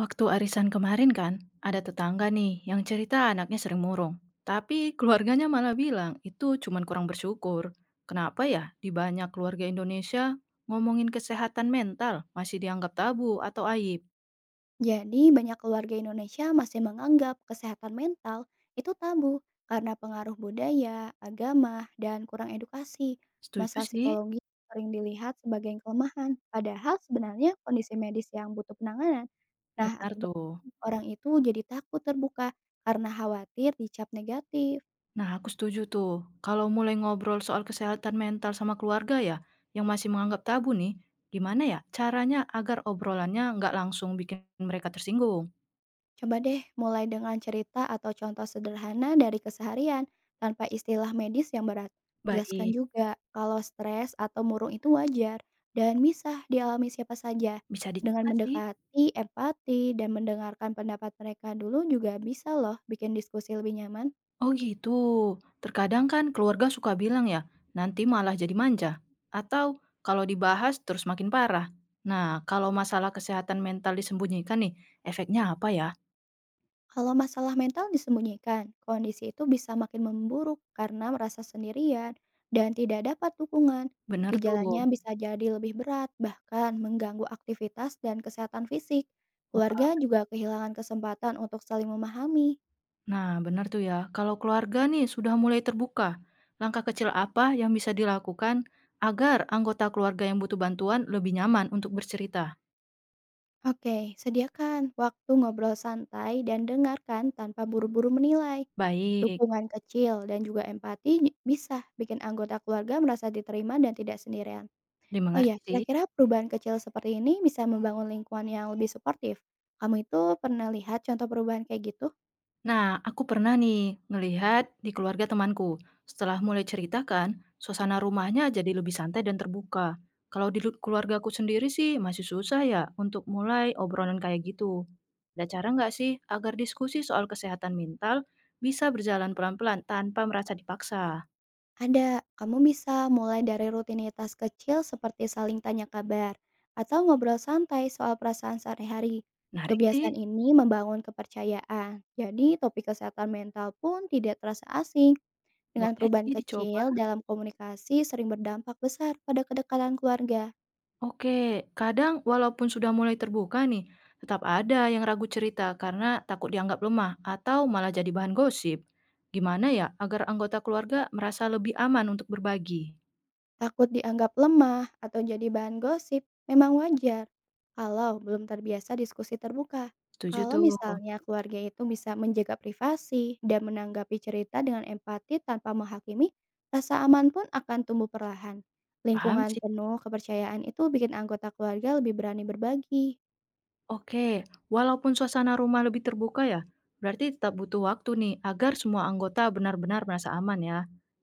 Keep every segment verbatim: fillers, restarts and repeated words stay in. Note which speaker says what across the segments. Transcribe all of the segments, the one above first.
Speaker 1: Waktu arisan kemarin kan, ada tetangga nih yang cerita anaknya sering murung. Tapi keluarganya malah bilang itu cuman kurang bersyukur. Kenapa ya di banyak keluarga Indonesia ngomongin kesehatan mental masih dianggap tabu atau aib?
Speaker 2: Jadi, banyak keluarga Indonesia masih menganggap kesehatan mental itu tabu karena pengaruh budaya, agama, dan kurang edukasi.
Speaker 1: Setuju
Speaker 2: Masalah
Speaker 1: sih,
Speaker 2: psikologi sering dilihat sebagai kelemahan, padahal sebenarnya kondisi medis yang butuh penanganan. Nah,
Speaker 1: benar
Speaker 2: akibat
Speaker 1: tuh.
Speaker 2: orang itu jadi takut terbuka karena khawatir dicap negatif.
Speaker 1: Nah, aku setuju tuh, kalau mulai ngobrol soal kesehatan mental sama keluarga ya, yang masih menganggap tabu nih, gimana ya caranya agar obrolannya nggak langsung bikin mereka tersinggung?
Speaker 2: Coba deh mulai dengan cerita atau contoh sederhana dari keseharian tanpa istilah medis yang berat. Jelaskan
Speaker 1: Baik,
Speaker 2: juga kalau stres atau murung itu wajar dan bisa dialami siapa saja.
Speaker 1: bisa dicoba
Speaker 2: Dengan
Speaker 1: sih.
Speaker 2: mendekati empati dan mendengarkan pendapat mereka dulu juga bisa loh bikin diskusi lebih nyaman.
Speaker 1: Oh gitu. Terkadang kan keluarga suka bilang ya, nanti malah jadi manja. Atau kalau dibahas terus makin parah. Nah, kalau masalah kesehatan mental disembunyikan nih, efeknya apa ya?
Speaker 2: Kalau masalah mental disembunyikan, kondisi itu bisa makin memburuk karena merasa sendirian dan tidak dapat dukungan.
Speaker 1: Bener tuh.
Speaker 2: Gejalanya bisa jadi lebih berat, bahkan mengganggu aktivitas dan kesehatan fisik. Keluarga
Speaker 1: Wah,
Speaker 2: juga kehilangan kesempatan untuk saling memahami.
Speaker 1: nah bener tuh ya. Kalau keluarga nih sudah mulai terbuka, langkah kecil apa yang bisa dilakukan agar anggota keluarga yang butuh bantuan lebih nyaman untuk bercerita?
Speaker 2: Oke, sediakan waktu ngobrol santai dan dengarkan tanpa buru-buru menilai.
Speaker 1: Baik,
Speaker 2: Dukungan kecil dan juga empati bisa bikin anggota keluarga merasa diterima dan tidak sendirian. Oh
Speaker 1: dimengerti
Speaker 2: ya,
Speaker 1: sih.
Speaker 2: kira-kira perubahan kecil seperti ini bisa membangun lingkungan yang lebih suportif? Kamu itu pernah lihat contoh perubahan kayak gitu?
Speaker 1: Nah, aku pernah nih ngelihat di keluarga temanku. Setelah mulai ceritakan, suasana rumahnya jadi lebih santai dan terbuka. Kalau di lu- keluargaku sendiri sih masih susah ya untuk mulai obrolan kayak gitu. Ada cara nggak sih agar diskusi soal kesehatan mental bisa berjalan pelan-pelan tanpa merasa dipaksa?
Speaker 2: Ada, kamu bisa mulai dari rutinitas kecil seperti saling tanya kabar atau ngobrol santai soal perasaan sehari-hari.
Speaker 1: Menarik sih,
Speaker 2: Kebiasaan ini membangun kepercayaan, jadi topik kesehatan mental pun tidak terasa asing. Dengan
Speaker 1: boleh
Speaker 2: perubahan
Speaker 1: sih dicoba.
Speaker 2: kecil dalam komunikasi sering berdampak besar pada kedekatan keluarga.
Speaker 1: Oke, kadang walaupun sudah mulai terbuka nih, tetap ada yang ragu cerita karena takut dianggap lemah atau malah jadi bahan gosip. Gimana ya agar anggota keluarga merasa lebih aman untuk berbagi?
Speaker 2: Takut dianggap lemah atau jadi bahan gosip memang wajar kalau belum terbiasa diskusi terbuka.
Speaker 1: Setuju
Speaker 2: Kalau
Speaker 1: tuh.
Speaker 2: misalnya keluarga itu bisa menjaga privasi dan menanggapi cerita dengan empati tanpa menghakimi, rasa aman pun akan tumbuh perlahan.
Speaker 1: Paham
Speaker 2: Lingkungan
Speaker 1: sih.
Speaker 2: penuh kepercayaan itu bikin anggota keluarga lebih berani berbagi.
Speaker 1: Oke, walaupun suasana rumah lebih terbuka ya, berarti tetap butuh waktu nih agar semua anggota benar-benar merasa aman ya.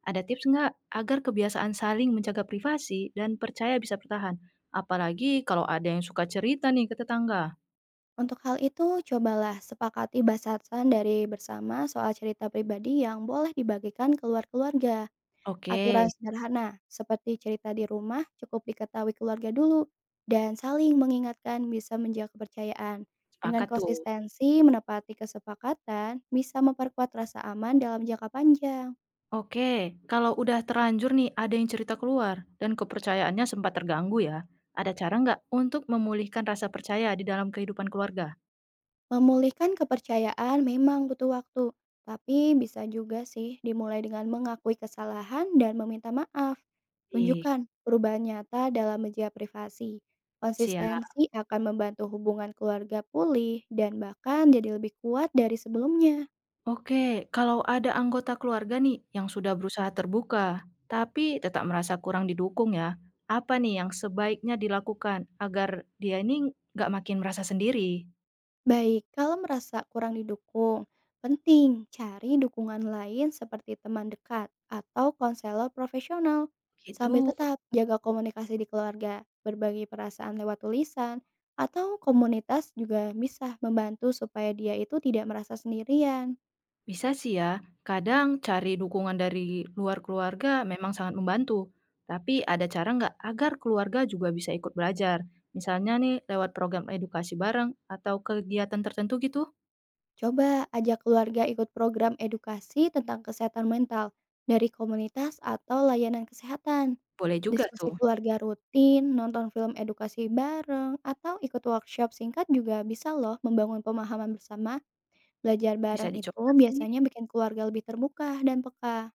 Speaker 1: Ada tips nggak agar kebiasaan saling menjaga privasi dan percaya bisa bertahan? Apalagi kalau ada yang suka cerita nih ke tetangga.
Speaker 2: Untuk hal itu, cobalah sepakati batasan dari bersama soal cerita pribadi yang boleh dibagikan keluar keluarga. Aturan
Speaker 1: Oke.
Speaker 2: sederhana seperti cerita di rumah cukup diketahui keluarga dulu dan saling mengingatkan bisa menjaga kepercayaan. Dengan
Speaker 1: Sepakat tuh.
Speaker 2: konsistensi menepati kesepakatan bisa memperkuat rasa aman dalam jangka panjang.
Speaker 1: Oke, kalau udah terlanjur nih ada yang cerita keluar dan kepercayaannya sempat terganggu ya, ada cara nggak untuk memulihkan rasa percaya di dalam kehidupan keluarga?
Speaker 2: Memulihkan kepercayaan memang butuh waktu, tapi bisa juga sih dimulai dengan mengakui kesalahan dan meminta maaf.
Speaker 1: Baik,
Speaker 2: Tunjukkan perubahan nyata dalam media privasi.
Speaker 1: siap.
Speaker 2: Konsistensi akan membantu hubungan keluarga pulih dan bahkan jadi lebih kuat dari sebelumnya.
Speaker 1: Oke, kalau ada anggota keluarga nih yang sudah berusaha terbuka, tapi tetap merasa kurang didukung ya, apa nih yang sebaiknya dilakukan agar dia ini nggak makin merasa sendiri?
Speaker 2: Baik, kalau merasa kurang didukung, penting cari dukungan lain seperti teman dekat atau konselor profesional.
Speaker 1: Gitu.
Speaker 2: Sambil tetap jaga komunikasi di keluarga, berbagi perasaan lewat tulisan, atau komunitas juga bisa membantu supaya dia itu tidak merasa sendirian.
Speaker 1: Bisa sih ya, kadang cari dukungan dari luar keluarga memang sangat membantu. Tapi ada cara nggak agar keluarga juga bisa ikut belajar? Misalnya nih lewat program edukasi bareng atau kegiatan tertentu gitu?
Speaker 2: Coba ajak keluarga ikut program edukasi tentang kesehatan mental dari komunitas atau layanan kesehatan.
Speaker 1: Boleh juga
Speaker 2: Diskusi
Speaker 1: tuh,
Speaker 2: keluarga rutin, nonton film edukasi bareng, atau ikut workshop singkat juga bisa loh membangun pemahaman bersama. Belajar bareng
Speaker 1: bisa
Speaker 2: itu
Speaker 1: dicoba sih.
Speaker 2: biasanya bikin keluarga lebih terbuka dan peka.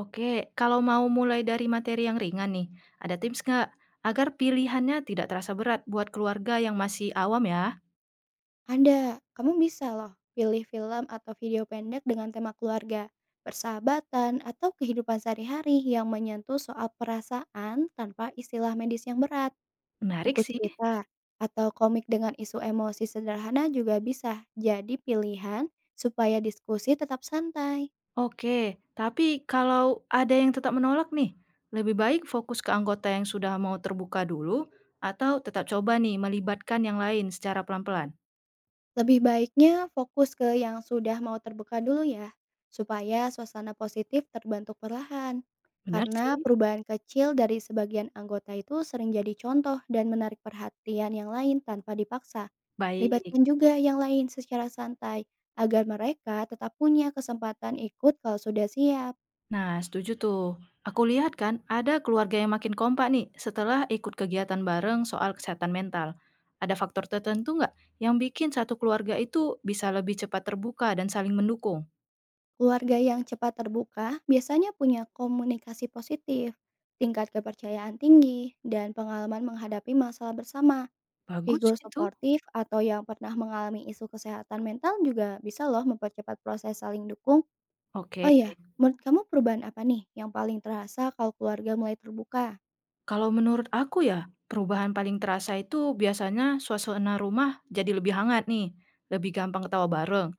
Speaker 1: Oke, kalau mau mulai dari materi yang ringan nih, ada tips nggak agar pilihannya tidak terasa berat buat keluarga yang masih awam ya?
Speaker 2: Ada, kamu bisa loh pilih film atau video pendek dengan tema keluarga, persahabatan, atau kehidupan sehari-hari yang menyentuh soal perasaan tanpa istilah medis yang berat.
Speaker 1: Menarik
Speaker 2: Buku
Speaker 1: sih.
Speaker 2: cerita, atau komik dengan isu emosi sederhana juga bisa jadi pilihan supaya diskusi tetap santai.
Speaker 1: Oke, tapi kalau ada yang tetap menolak nih, lebih baik fokus ke anggota yang sudah mau terbuka dulu atau tetap coba nih melibatkan yang lain secara pelan-pelan?
Speaker 2: Lebih baiknya fokus ke yang sudah mau terbuka dulu ya, supaya suasana positif terbentuk perlahan.
Speaker 1: Benar
Speaker 2: Karena
Speaker 1: sih?
Speaker 2: perubahan kecil dari sebagian anggota itu sering jadi contoh dan menarik perhatian yang lain tanpa dipaksa.
Speaker 1: Baik.
Speaker 2: Libatkan juga yang lain secara santai agar mereka tetap punya kesempatan ikut kalau sudah siap.
Speaker 1: Nah, setuju tuh. Aku lihat kan ada keluarga yang makin kompak nih setelah ikut kegiatan bareng soal kesehatan mental. Ada faktor tertentu nggak yang bikin satu keluarga itu bisa lebih cepat terbuka dan saling mendukung?
Speaker 2: Keluarga yang cepat terbuka biasanya punya komunikasi positif, tingkat kepercayaan tinggi, dan pengalaman menghadapi masalah bersama.
Speaker 1: Bagus
Speaker 2: Figur
Speaker 1: itu.
Speaker 2: suportif atau yang pernah mengalami isu kesehatan mental juga bisa loh mempercepat proses saling dukung. Oh
Speaker 1: Oke.
Speaker 2: iya, menurut kamu perubahan apa nih yang paling terasa kalau keluarga mulai terbuka?
Speaker 1: Kalau menurut aku ya, perubahan paling terasa itu biasanya suasana rumah jadi lebih hangat nih, lebih gampang ketawa bareng,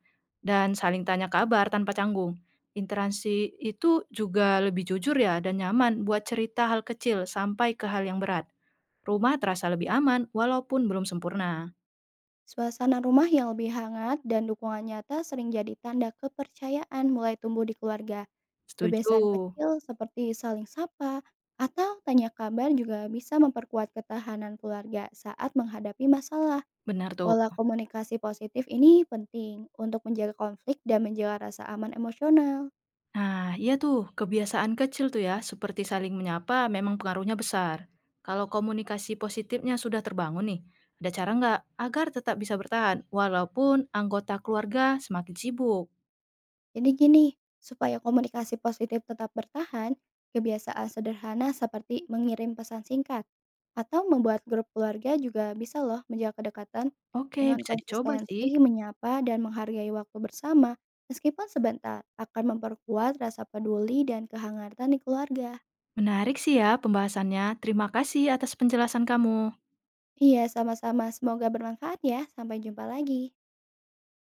Speaker 1: dan saling tanya kabar tanpa canggung. Interaksi itu juga lebih jujur ya dan nyaman buat cerita hal kecil sampai ke hal yang berat. Rumah terasa lebih aman walaupun belum sempurna.
Speaker 2: Suasana rumah yang lebih hangat dan dukungan nyata sering jadi tanda kepercayaan mulai tumbuh di keluarga.
Speaker 1: Setuju,
Speaker 2: Kebiasaan kecil seperti saling sapa atau tanya kabar juga bisa memperkuat ketahanan keluarga saat menghadapi masalah.
Speaker 1: benar tuh.
Speaker 2: Pola komunikasi positif ini penting untuk menjaga konflik dan menjaga rasa aman emosional.
Speaker 1: Nah, iya tuh, kebiasaan kecil tuh ya, seperti saling menyapa memang pengaruhnya besar. Kalau komunikasi positifnya sudah terbangun nih, ada cara nggak agar tetap bisa bertahan walaupun anggota keluarga semakin sibuk?
Speaker 2: Jadi gini, supaya komunikasi positif tetap bertahan, kebiasaan sederhana seperti mengirim pesan singkat atau membuat grup keluarga juga bisa loh menjaga kedekatan
Speaker 1: Oke,
Speaker 2: dengan
Speaker 1: bisa dicoba sih.
Speaker 2: konsistensi menyapa dan menghargai waktu bersama meskipun sebentar akan memperkuat rasa peduli dan kehangatan di keluarga.
Speaker 1: Menarik sih ya pembahasannya. Terima kasih atas penjelasan kamu.
Speaker 2: Iya, sama-sama. Semoga bermanfaat ya. Sampai jumpa lagi.